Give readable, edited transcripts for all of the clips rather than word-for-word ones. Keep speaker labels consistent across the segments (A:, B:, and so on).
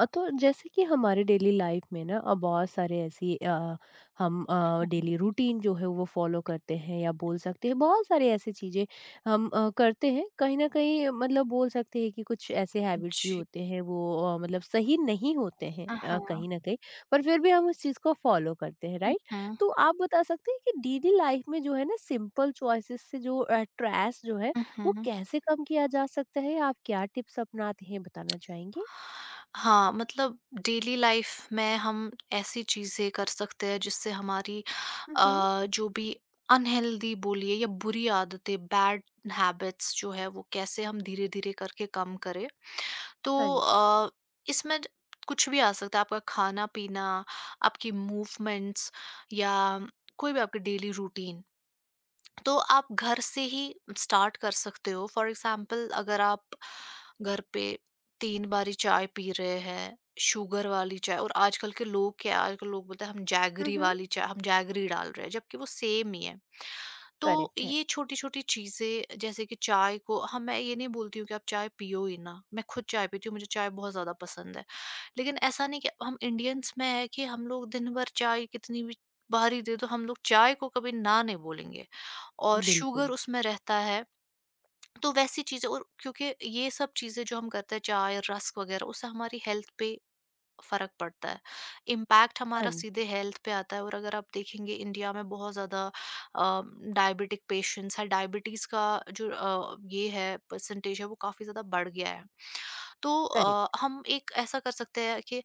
A: तो जैसे कि हमारे डेली लाइफ में ना बहुत सारे ऐसी हम डेली रूटीन जो है वो फॉलो करते हैं या बोल सकते हैं बहुत सारे ऐसे चीज़ें हम करते हैं कहीं ना कहीं मतलब बोल सकते हैं कि कुछ ऐसे हैबिट्स भी
B: जी।
A: होते हैं वो मतलब सही नहीं होते हैं
B: हाँ।
A: कहीं ना कहीं पर फिर भी हम उस चीज़ को फॉलो करते हैं राइट।
B: हुँ,
A: तो आप बता सकते हैं कि डेली लाइफ में जो है ना सिंपल चॉइसेस से जो ट्रैश जो है
B: हुँ,
A: वो
B: हुँ।
A: कैसे कम किया जा सकता है। आप क्या टिप्स अपनाते हैं बताना चाहेंगे।
B: हाँ, मतलब डेली लाइफ में हम ऐसी चीज़ें कर सकते हैं जिससे हमारी जो भी अनहेल्दी बोलिए या बुरी आदतें, बैड हैबिट्स जो है वो कैसे हम धीरे-धीरे करके कम करें। तो
A: हाँ जी।
B: इसमें ज कुछ भी आ सकता है, आपका खाना-पीना, आपकी मूवमेंट्स या कोई भी आपकी डेली रूटीन। तो आप घर से ही स्टार्ट कर सकते हो फॉर एग्जाम्पल अगर आप घर पे तीन बारी चाय पी रहे हैं शुगर वाली चाय और आजकल के लोग क्या है, आजकल लोग बोलते हैं हम जैगरी
A: हुँ।
B: वाली चाय हम जैगरी डाल रहे हैं जबकि वो सेम ही है। तो
A: करेक्ट है।
B: ये छोटी छोटी चीजें जैसे कि चाय को हम मैं ये नहीं बोलती हूँ कि आप चाय पियो ही ना, मैं खुद चाय पीती हूँ, मुझे चाय बहुत ज्यादा पसंद है लेकिन ऐसा नहीं कि हम इंडियंस में है कि हम लोग दिन भर चाय कितनी भी बाहरी दे दो हम लोग चाय को कभी ना नहीं बोलेंगे और शुगर
A: बिल्कुल।
B: उसमें रहता है। तो वैसी चीजें, और क्योंकि ये सब चीजें जो हम करते हैं चाय रस्क वगैरह उससे हमारी हेल्थ पे फर्क पड़ता है। इम्पैक्ट
A: हाँ
B: हमारा
A: जी।
B: सीधे हेल्थ पे आता है और अगर आप देखेंगे इंडिया में बहुत ज़्यादा डायबिटिक पेशेंट्स है, डायबिटीज़ का जो ये है परसेंटेज है वो काफ़ी ज़्यादा बढ़ गया है। तो
A: करेक्ट।
B: हम एक ऐसा कर सकते हैं कि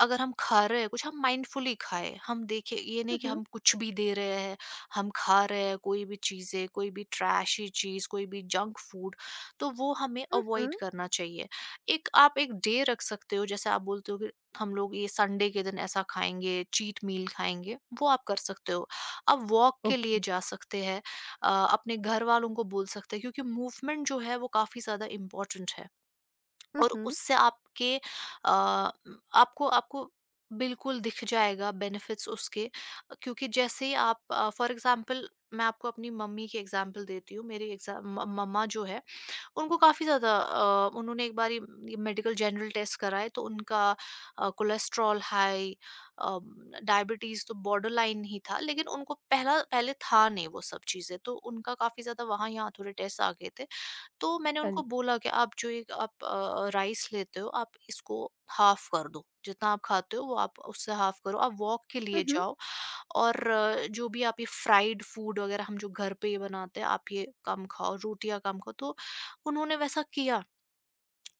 B: अगर हम खा रहे हैं कुछ हम माइंडफुली खाएं, हम देखें ये नहीं
A: हुँ,
B: कि
A: हुँ।
B: हम कुछ भी दे रहे हैं हम खा रहे हैं, कोई भी चीज़ें कोई भी ट्रैशी चीज़ कोई भी जंक फूड तो वो हमें
A: हुँ, हुँ।
B: अवॉइड करना चाहिए। एक आप एक डे रख सकते हो जैसे आप बोलते हो कि हम लोग ये संडे के दिन ऐसा खाएंगे, चीट मील खाएंगे, वो आप कर सकते हो। आप वॉक के
A: ओके।
B: लिए जा सकते हैं। अपने घर वालों को बोल सकते हैं, क्योंकि मूवमेंट जो है वो काफ़ी ज़्यादा इम्पोर्टेंट है।
A: हुँ,
B: और
A: हुँ।
B: उससे आपके आपको आपको बिल्कुल दिख जाएगा बेनिफिट्स उसके। क्योंकि जैसे ही आप फॉर एग्जांपल, मैं आपको अपनी मम्मी की एग्जांपल देती हूँ। मेरी मम्मा जो है उनको काफ़ी ज़्यादा उन्होंने एक बार ये मेडिकल जनरल टेस्ट कराए तो उनका कोलेस्ट्रॉल हाई, डायबिटीज़ तो बॉर्डर लाइन ही था लेकिन उनको पहला पहले था नहीं वो सब चीज़ें तो उनका काफ़ी ज़्यादा वहाँ यहाँ थोड़े टेस्ट आ गए थे। तो मैंने
A: हाँ
B: उनको
A: जी।
B: बोला कि आप जो एक आप राइस लेते हो आप इसको हाफ कर दो, जितना आप खाते हो वो आप उससे हाफ करो, आप वॉक के
A: हुँ,
B: लिए
A: हुँ।
B: जाओ। और जो भी आप ये फ्राइड फूड वगैरह हम जो घर पे ही बनाते हैं आप ये कम खाओ, रोटियां कम खाओ। तो उन्होंने वैसा किया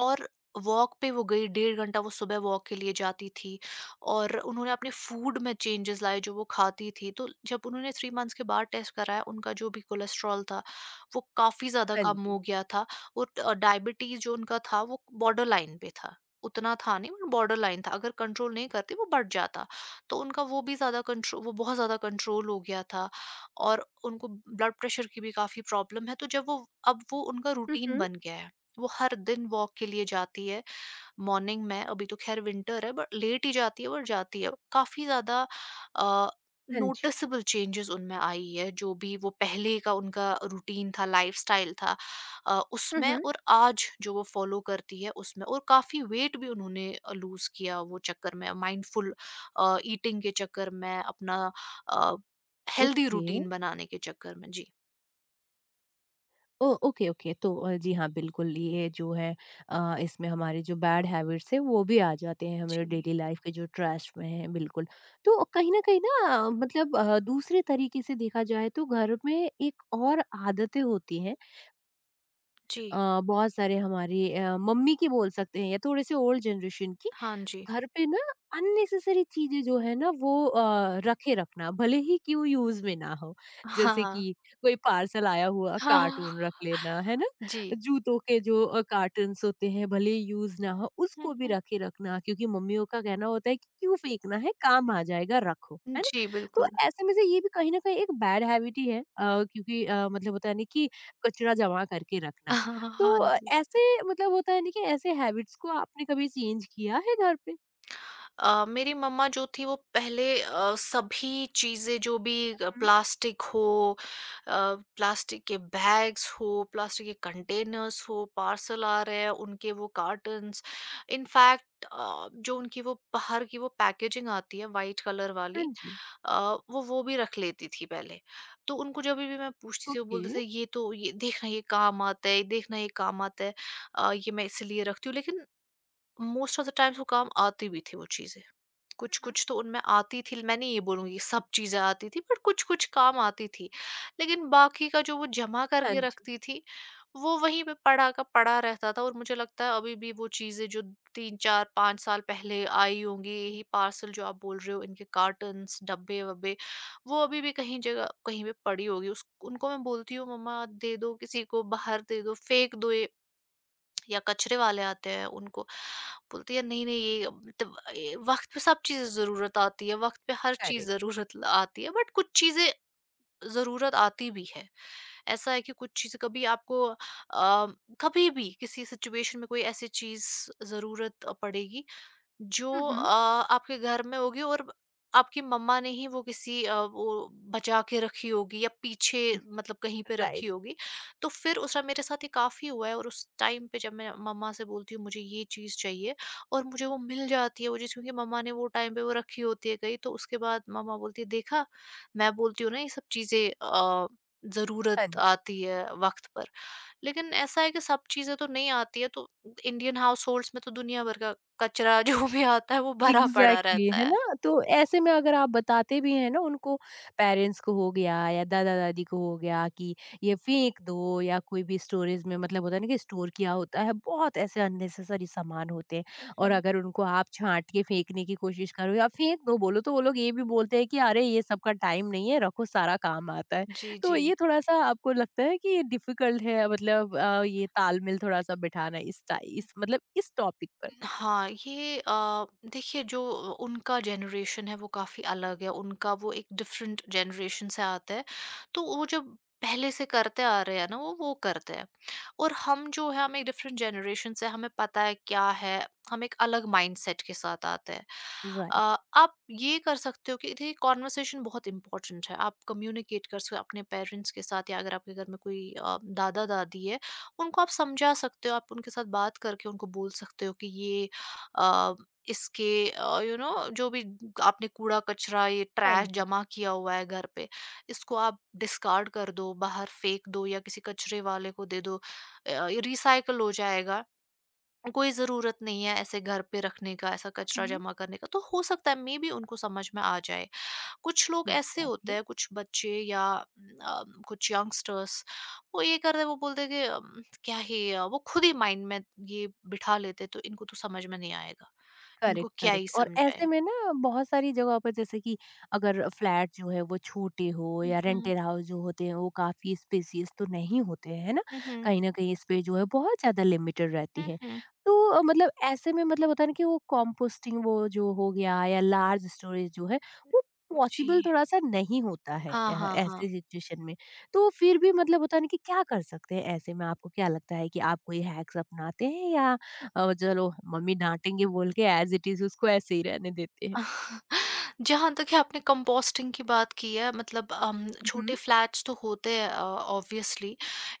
B: और वॉक पे वो गई, 1.5 घंटा वो सुबह वॉक के लिए जाती थी और उन्होंने अपने फूड में चेंजेस लाए जो वो खाती थी। तो जब उन्होंने 3 मंथ्स के बाद टेस्ट कराया उनका जो भी कोलेस्ट्रॉल था वो काफ़ी ज़्यादा
A: हाँ
B: कम हो
A: जी।
B: गया था। और डायबिटीज़ जो उनका था वो बॉर्डर लाइन पे था, उतना था नहीं बट बॉर्डर लाइन था, अगर कंट्रोल नहीं करते वो बढ़ जाता। तो उनका वो भी ज़्यादा कंट्रोल, वो बहुत ज़्यादा कंट्रोल हो गया था। और उनको ब्लड प्रेशर की भी काफ़ी प्रॉब्लम है तो जब वो अब वो उनका
A: हुँ,
B: रूटीन
A: हुँ।
B: बन गया है, वो हर दिन वॉक के लिए जाती है। मॉर्निंग में, अभी तो ख़ैर विंटर है बट लेट ही जाती है और जाती है। काफ़ी ज़्यादा अ,
A: हाँ जी।
B: नोटिसेबल चेंजेज़ उनमें आई है जो भी वो पहले का उनका रूटीन था, लाइफ़स्टाइल था,
A: हुँ,
B: उसमें
A: हुँ।
B: और आज जो वो फ़ॉलो करती है उसमें, और काफ़ी वेट भी उन्होंने लूज़ किया वो चक्कर में, माइंडफुल ईटिंग के चक्कर में, अपना अ, हेल्दी
A: ओके।
B: रूटीन बनाने के चक्कर में। जी।
A: Oh okay, okay. तो जी हाँ, बिल्कुल ये जो है इसमें हमारे जो बैड हैबिट्स हैं वो भी आ जाते हैं हमारे
B: जी,
A: डेली लाइफ के जो ट्रैश में हैं, बिल्कुल। तो कहीं न कहीं ना मतलब दूसरे तरीके से देखा जाए तो घर में एक और आदतें होती हैं।
B: जी।
A: बहुत सारे हमारी मम्मी की बोल सकते हैं या थोड़े से ओल्ड जनरेशन की
B: हाँ जी।
A: घर पे ना अननेसेसरी चीजें जो है ना वो रखे रखना भले ही कि वो यूज में ना हो। जैसे
B: हाँ।
A: कि कोई पार्सल आया हुआ कार्टून रख लेना है ना।
B: जी।
A: जूतों के जो कार्टन्स होते हैं भले ही यूज ना हो
B: हुँ,
A: उसको भी
B: हुँ।
A: रखे रखना, क्योंकि मम्मियों का कहना होता है कि क्यों फेंकना है काम आ जाएगा रखो, है ना।
B: जी,
A: तो
B: बिल्कुल।
A: ऐसे में से ये भी कहीं ना कहीं एक बैड हैबिट ही है। क्योंकि मतलब होता है ना कि कचरा जमा करके रखना। तो
B: हाँ जी।
A: ऐसे मतलब होता है ना कि ऐसे हैबिट्स को आपने कभी चेंज किया है घर पे।
B: मेरी मम्मा जो थी वो पहले सभी चीज़ें, जो भी
A: हुँ।
B: प्लास्टिक हो, प्लास्टिक के बैग्स हो, प्लास्टिक के कंटेनर्स हो, पार्सल आ रहे हैं उनके वो कार्टन्स, इनफैक्ट जो उनकी वो बाहर की वो पैकेजिंग आती है वाइट कलर
A: हाँ
B: वाली,
A: जी।
B: अ, वो भी रख लेती थी पहले। तो उनको जब भी मैं पूछती थी वो
A: ओके।
B: बोलते थे ये तो ये देखना ये काम आता है, देखना ये काम आता है। ये मैं इसलिए रखती हूँ लेकिन मोस्ट ऑफ द टाइम्स वो काम आती भी थी वो चीज़ें।
A: हुँ, हुँ।
B: कुछ-कुछ तो उनमें आती थी, मैं नहीं ये बोलूँगी सब चीज़ें आती थी, बट कुछ-कुछ काम आती थी। लेकिन बाकी का जो वो जमा
A: हाँ
B: करके
A: जी,
B: रखती थी वो वहीं पे पड़ा का पड़ा रहता था और मुझे लगता है अभी भी वो चीज़ें जो 3, 4, 5 साल पहले आई होंगी, यही पार्सल जो आप बोल रहे हो, इनके कार्टन्स, डब्बे-वब्बे, वो अभी भी कहीं जगह कहीं पे पड़ी होगी। उस उनको मैं बोलती हूँ, "मम्मा, दे दो किसी को, बाहर दे दो, फेंक दो ये।" या कचरे वाले आते हैं उनको, बोलते हैं नहीं नहीं ये मतलब ये वक्त पे सब चीजें जरूरत आती है, वक्त पे हर चीज
A: करेक्ट।
B: जरूरत आती है बट कुछ चीजें जरूरत आती भी है। ऐसा है कि कुछ चीजें कभी आपको कभी भी किसी सिचुएशन में कोई ऐसी चीज जरूरत पड़ेगी जो
A: हुँ, हुँ।
B: आपके घर में होगी और आपकी मम्मा ने ही वो किसी वो बचा के रखी होगी या पीछे मतलब कहीं पे रखी
A: राइट,
B: होगी। तो फिर उसका मेरे साथ ये काफ़ी हुआ है और उस टाइम पे जब मैं मम्मा से बोलती हूँ मुझे ये चीज़ चाहिए और मुझे वो मिल जाती है वो चीज़, क्योंकि मम्मा ने वो टाइम पे वो रखी होती है कहीं, तो उसके बाद मम्मा बोलती है देखा, मैं बोलती हूँ ना ये सब चीज़ें
A: हाँ
B: ज़रूरत
A: जी।
B: आती है वक्त पर। लेकिन ऐसा है कि सब चीज़ें तो नहीं आती है, तो इंडियन हाउसहोल्ड्स में तो दुनिया भर का कचरा जो भी आता है वो भरा पड़ा
A: एग्ज़ैक्टली
B: रहता
A: है
B: है।
A: ना? तो ऐसे में अगर आप बताते भी हैं ना उनको पेरेंट्स को हो गया या दादा-दादी को हो गया कि ये फेंक दो, या कोई भी स्टोरेज में मतलब होता है ना कि स्टोर किया होता है, बहुत ऐसे अननेसेसरी सामान होते हैं।
B: हुँ,
A: और
B: हुँ।
A: अगर उनको आप छाँट के फेंकने की कोशिश करो या फेंक दो बोलो तो वो लोग ये भी बोलते हैं कि अरे ये सबका टाइम नहीं है, रखो सारा काम आता है।
B: जी,
A: तो
B: जी।
A: ये थोड़ा-सा आपको लगता है कि ये डिफ़िकल्ट है, मतलब ये तालमेल थोड़ा-सा बिठाना इस टाइ इस मतलब इस टॉपिक पर?
B: हाँ, ये देखिए, जो उनका जनरेशन है वो काफ़ी अलग है, उनका वो एक डिफरेंट जनरेशन से आता है, तो वो जब पहले से करते आ रहे हैं ना, वो करते हैं। और हम जो है हम एक डिफरेंट जनरेशन से हैं, हमें पता है क्या है, हम एक अलग माइंडसेट के साथ आते हैं।
A: राइट।
B: आप ये कर सकते हो कि देखिए कन्वर्सेशन बहुत इम्पोर्टेंट है, आप कम्युनिकेट कर सकते हो अपने पेरेंट्स के साथ या अगर आपके घर में कोई दादा-दादी है, उनको आप समझा सकते हो, आप उनके साथ बात करके उनको बोल सकते हो कि ये अ, इसके यू नो जो भी आपने कूड़ा-कचरा ये
A: हाँ
B: ट्रैश
A: जी।
B: जमा किया हुआ है घर पे, इसको आप डिस्कार्ड कर दो, बाहर फेंक दो या किसी कचरे वाले को दे दो। ये रिसाइकल हो जाएगा, कोई ज़रूरत नहीं है ऐसे घर पे रखने का, ऐसा कचरा
A: हुँ।
B: जमा करने का। तो हो सकता है मे बी उनको समझ में आ जाए। कुछ लोग ऐसे होते
A: एग्जैक्टली।
B: हैं कुछ बच्चे या कुछ यंगस्टर्स, वो ये करते हैं, वो बोलते हैं कि क्या ही वो खुद ही माइंड में ये बिठा लेते हैं, तो इनको तो समझ में नहीं आएगा, इनको
A: करेक्ट,
B: क्या ही
A: करेक्ट। और
B: समझाए।
A: ऐसे में ना बहुत सारी जगहों पर जैसे कि अगर फ्लैट जो है वो छोटे हो
B: हम्म,
A: या
B: हम्म,
A: रेंटेड हाउस जो होते हैं वो काफी स्पेसियस तो नहीं होते हैं, है ना।
B: हम्म,
A: कहीं ना कहीं स्पेस जो है बहुत ज्यादा लिमिटेड रहती
B: हम्म,
A: है। तो मतलब ऐसे में मतलब होता है ना कि वो कॉम्पोस्टिंग वो जो हो गया या लार्ज स्टोरेज जो है वो
B: जी।
A: पॉसिबल थोड़ा सा नहीं होता है
B: हाँ, हाँ, हाँ।
A: ऐसे सिचुएशन में। तो फिर भी मतलब होता है ना कि क्या कर सकते हैं ऐसे में? आपको क्या लगता है कि आप कोई हैक्स अपनाते हैं या चलो मम्मी डांटेंगे बोल के एज इट इज उसको ऐसे ही रहने देते हैं।
B: जहाँ तक है आपने कंपोस्टिंग की बात की है मतलब छोटे
A: हम्म।
B: फ्लैट्स तो होते हैं ऑब्वियसली,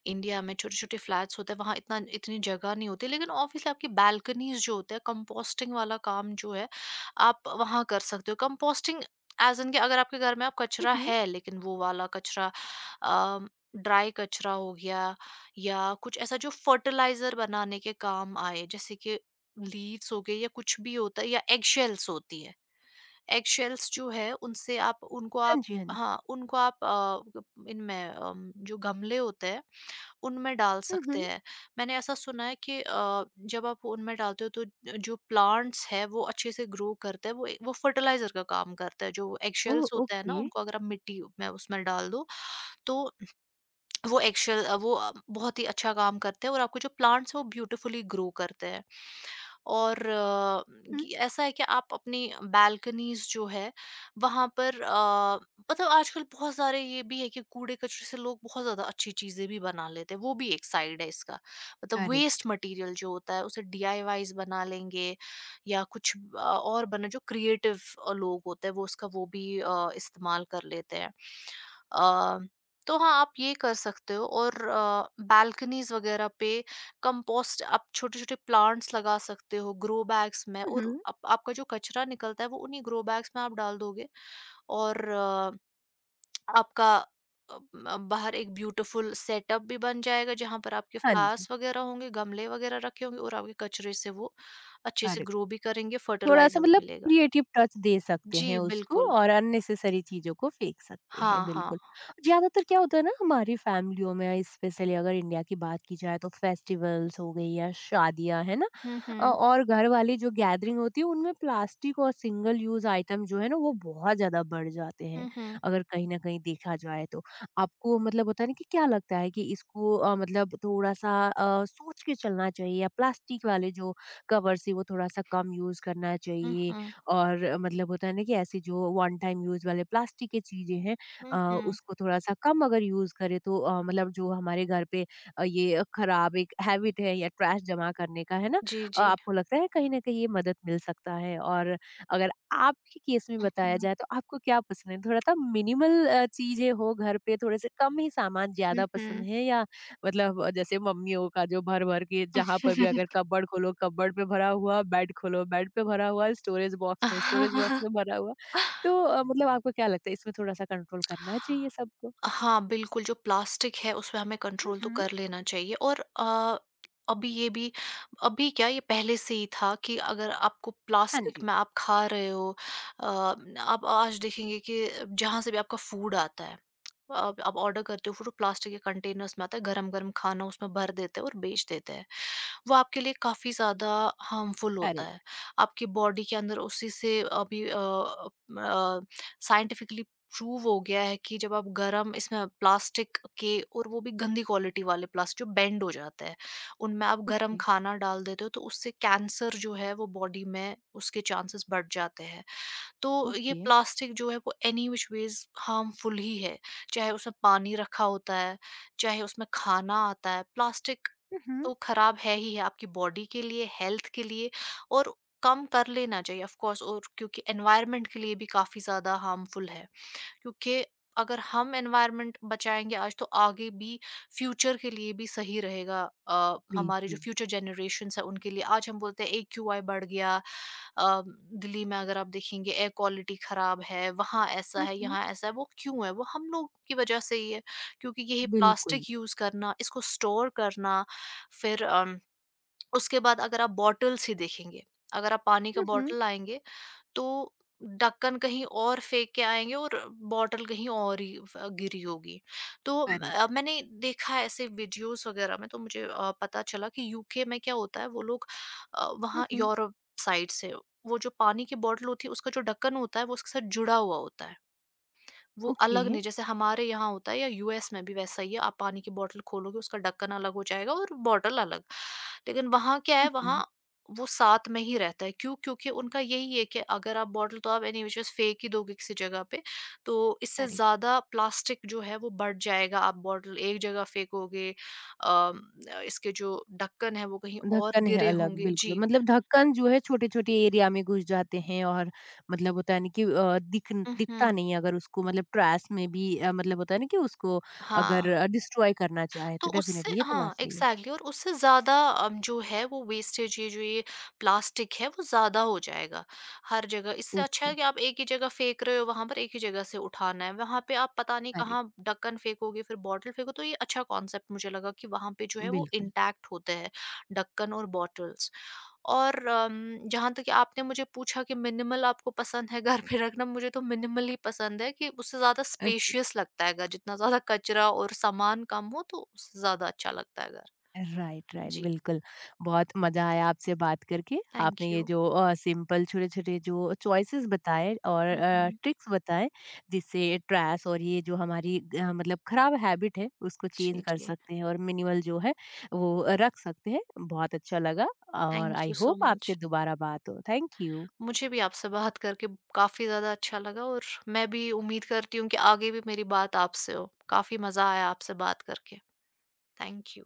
B: इंडिया में छोटे छोटे फ्लैट्स होते हैं वहाँ इतना इतनी जगह नहीं होती, लेकिन ऑब्वियसली आपकी बालकनीज जो होते हैं, कंपोस्टिंग वाला काम जो है आप वहाँ कर सकते हो, कंपोस्टिंग एज इन कि अगर आपके घर में आप कचरा
A: हम्म।
B: है लेकिन वो वाला कचरा ड्राई कचरा हो गया या कुछ ऐसा जो फर्टिलाइजर बनाने के काम आए जैसे कि लीव्स हो गए या कुछ भी होता है या एग शेल्स होती है। एगशेल्स जो है उनसे आप उनको
A: हाँ
B: आप,
A: जी, हाँ जी।
B: हाँ, उनको आप ग इनमें जो गमले होते हैं, उनमें डाल सकते
A: हम्म।
B: हैं। मैंने ऐसा सुना है कि जब आप उनमें डालते हो तो जो प्लांट्स हैं वो अच्छे से ग्रो करते हैं, वो फर्टिलाइज़र का काम करता है। जो
A: ओह!
B: एगशेल्स होते हैं ना,
A: ओके।
B: उनको अगर आप मिट्टी में उसमें डाल दो तो वो एक्चुअल बहुत ही अच्छा काम करते हैं और आपके जो प्लांट्स हैं वो ब्यूटीफुली ग्रो करते हैं। और
A: हम्म।
B: ये ऐसा है कि आप अपनी बालकनीज़ जो है वहाँ पर मतलब आजकल बहुत सारे ये भी है कि कूड़े-कचरे से लोग बहुत ज़्यादा अच्छी चीज़ें भी बना लेते हैं, वो भी एक साइड है इसका। मतलब
A: करेक्ट।
B: वेस्ट मटीरियल जो होता है उसे डीआईवाईज़ बना लेंगे या कुछ और बना, जो क्रिएटिव लोग होते हैं वो उसका वो भी इस्तेमाल कर लेते हैं। अ तो हाँ, आप ये कर सकते हो और बालकनीज़ वगैरह पे कंपोस्ट, आप छोटे-छोटे प्लांट्स लगा सकते हो ग्रो बैग्स में और
A: हम्म।
B: आप आपका जो कचरा निकलता है वो उन्हीं ग्रो बैग्स में आप डाल दोगे। और अ, आपका अ, म बाहर एक ब्यूटीफुल सेटअप भी बन जाएगा जहाँ पर आपके
A: हाँ जी।
B: फ्लावर्स वगैरह होंगे, गमले वगैरह रखे होंगे और आपके कचरे से वो अच्छे से
A: करेक्ट।
B: ग्रो भी करेंगे, फर्टिलाइज़र
A: थोड़ा-सा
B: भी
A: मतलब
B: मिलेगा।
A: क्रिएटिव टच दे सकते
B: जी,
A: हैं उसको
B: बिल्कुल।
A: और अननेसेसरी चीज़ों को फेंक सकते हैं,
B: हाँ, हाँ।
A: बिल्कुल। ज़्यादातर क्या होता है ना हमारी फैमिलियों में, स्पेशली अगर इंडिया की बात की जाए तो फेस्टिवल्स हो गई या शादियाँ, है ना?
B: हुँ, हुँ।
A: और घर वाली जो गैदरिंग होती है उनमें प्लास्टिक और सिंगल यूज़ आइटम जो है ना वो बहुत ज़्यादा बढ़ जाते हैं,
B: हुँ, हुँ।
A: अगर कहीं न कहीं देखा जाए तो। आपको मतलब होता है ना कि क्या लगता है कि इसको मतलब थोड़ा-सा सोच के चलना चाहिए, या प्लास्टिक वाले जो कवर्स थी वो थोड़ा-सा कम यूज़ करना
B: हुँ,
A: चाहिए,
B: हुँ।
A: और मतलब होता है ना कि ऐसी जो वन टाइम यूज़ वाले प्लास्टिक की चीज़ें हैं
B: हुँ,
A: अ,
B: हुँ।
A: उसको थोड़ा-सा कम अगर यूज़ करें तो मतलब जो हमारे घर पे ये खराब एक हैबिट है या ट्रैश जमा करने का है ना।
B: जी, जी।
A: आपको लगता है कहीं न कहीं ये मदद मिल सकता है? और अगर आपके केस में
B: हुँ,
A: बताया
B: हुँ।
A: जाए तो आपको क्या पसंद है? थोड़ा-सा मिनिमल चीज़ें हो घर पे, थोड़े-से कम ही सामान
B: हुँ,
A: ज़्यादा पसंद
B: हुँ।
A: है, या मतलब जैसे मम्मियों का जो भर-भर के, जहाँ पर भी अगर कपबोर्ड खोलो कपबोर्ड पे भरा हुआ, बेड खोलो बेड पे भरा हुआ, स्टोरेज बॉक्स में भरा हुआ। तो मतलब आपको क्या लगता है इसमें थोड़ा-सा कंट्रोल करना चाहिए सबको?
B: हाँ, बिल्कुल जो प्लास्टिक है उसमें हमें
A: हुँ,
B: कंट्रोल तो
A: हुँ।
B: कर लेना चाहिए। अभी ये भी अभी क्या ये पहले से ही था कि अगर आपको
A: हाँ
B: प्लास्टिक
A: जी।
B: में आप खा रहे हो। आप आज देखेंगे कि जहाँ से भी आपका फूड आता है, आप ऑर्डर करते हो फूड प्लास्टिक के कंटेनर्स में आता है, गरम-गरम खाना उसमें भर देते हैं और बेच देते हैं। वो आपके लिए काफ़ी ज़्यादा हार्मफुल होता है।
A: करेक्ट।
B: आपकी बॉडी के अंदर उसी से अभी साइंटिफिकली प्रूव हो गया है कि जब आप गरम इसमें प्लास्टिक के और वो भी गंदी क्वालिटी वाले प्लास्टिक जो बेंड हो जाते हैं, उनमें आप गरम
A: ओके,
B: खाना डाल देते हो तो उससे कैंसर जो है वो बॉडी में उसके चांसेस बढ़ जाते हैं। तो ये
A: ओके।
B: प्लास्टिक जो है वो एनी विच वेज हार्मफुल ही है, चाहे उसमें पानी रखा होता है, चाहे उसमें खाना आता है प्लास्टिक,
A: हुँ, हुँ।
B: तो खराब है ही है आपकी बॉडी के लिए, हेल्थ के लिए। और कम कर लेना चाहिए ऑफ कोर्स, और क्योंकि एनवायरनमेंट के लिए भी काफी ज्यादा हार्मफुल है, क्योंकि अगर हम एनवायरनमेंट बचाएंगे आज तो आगे भी, फ्यूचर के लिए भी सही रहेगा। हमारे जो
A: बिल्कुल।
B: फ्यूचर जनरेशन है उनके लिए। आज हम बोलते हैं AQI बढ़ गया। अ, दिल्ली में अगर आप देखेंगे, एयर क्वालिटी खराब है, वहाँ ऐसा
A: हुँ,
B: है,
A: हुँ।
B: यहाँ ऐसा है, वो क्यों है? वो हम लोग की वजह से ही है, क्योंकि यही
A: बिल्कुल।
B: प्लास्टिक यूज करना, इसको स्टोर करना। फिर अम, उसके बाद अगर आप बॉटल्स ही देखेंगे, अगर आप पानी का
A: हुँ, हुँ।
B: बॉटल लाएंगे तो ढक्कन कहीं और फेंक के आएँगे और बॉटल कहीं और ही फ गिरी होगी।
A: करेक्ट।
B: मैंने देखा है ऐसे वीडियोज़ वग़ैरह में तो मुझे पता चला कि यूके में क्या होता है। वो लोग
A: हुँ,
B: वहाँ
A: हुँ।
B: यूरोप साइड से, वो जो पानी की बॉटल होती है उसका जो ढक्कन होता है वो उसके साथ जुड़ा हुआ होता है। वो
A: ओके।
B: अलग नहीं जैसे हमारे यहाँ होता है, या यूएस में भी वैसा ही है, आप पानी की बॉटल खोलोगे उसका ढक्कन अलग हो जाएगा और बॉटल अलग। लेकिन वहाँ क्या है,
A: हुँ, हुँ।
B: वहाँ वो साथ में ही रहता है। क्यों? क्योंकि उनका यही है कि अगर आप बॉटल तो आप एनी फेंक ही दोगे किसी जगह पे, तो इससे
A: करेक्ट।
B: ज़्यादा प्लास्टिक जो है वो बढ़ जाएगा, आप बॉटल एक जगह फेंकोगे। अम, इसके जो ढक्कन है वो कहीं और
A: ढक्कन है
B: गिरे
A: अलग,
B: होंगे
A: बिल्कुल।
B: जी।
A: मतलब ढक्कन जो है छोटे-छोटे एरिया में घुस जाते हैं, और मतलब होता है ना कि
B: हम्म।
A: दिखता नहीं है। अगर उसको मतलब ट्रैश में भी मतलब होता है ना कि उसको
B: हाँ।
A: अगर डिस्ट्रॉय करना चाहे
B: तो
A: तो
B: उससे
A: डेफिनिटली ये तो बात
B: हाँ,
A: सही है।
B: एग्ज़ैक्टली, और उससे ज़्यादा जो है वो वेस्टेज, ये जो ये प्लास्टिक है वो ज़्यादा हो जाएगा, हर जगह। इससे अच्छा
A: ओके,
B: है कि आप एक ही जगह फेंक रहे हो, वहाँ पर एक ही जगह से उठाना है। वहाँ पे आप पता नहीं
A: करेक्ट,
B: कहाँ ढक्कन फेंकोगे, फिर बॉटल फेंको, तो ये अच्छा कॉन्सेप्ट मुझे लगा कि वहाँ पे जो है वो
A: बिल्कुल,
B: इंटैक्ट होते हैं, ढक्कन और बॉटल्स। और जहाँ तक कि आपने मुझे पूछा कि मिनिमल आपको पसंद है घर पे रखना, मुझे तो मिनिमल ही पसंद है, कि उससे ज़्यादा
A: ओके।
B: स्पेशियस लगता है घर। जितना ज़्यादा कचरा और सामान कम हो तो उससे ज़्यादा अच्छा लगता है घर।
A: राइट, राइट,
B: जी,
A: बिल्कुल। बहुत मज़ा आया आपसे बात करके।
B: थैंक
A: आपने ये
B: यू।
A: जो सिंपल छोटे-छोटे जो चॉइसेस बताए और
B: हुँ, हुँ।
A: ट्रिक्स बताए जिससे ट्रैश और ये जो हमारी मतलब खराब हैबिट है उसको चेंज
B: जी,
A: कर
B: जी।
A: सकते हैं और मिनिमल जो है वो रख सकते हैं। बहुत अच्छा लगा, और
B: thank
A: I
B: you so
A: hope
B: much.
A: आपसे दोबारा बात हो। Thank you.
B: मुझे भी आपसे बात करके काफ़ी ज़्यादा अच्छा लगा, और मैं भी उम्मीद करती हूँ कि आगे भी मेरी बात आपसे हो। काफ़ी मज़ा आया आपसे बात करके। Thank you.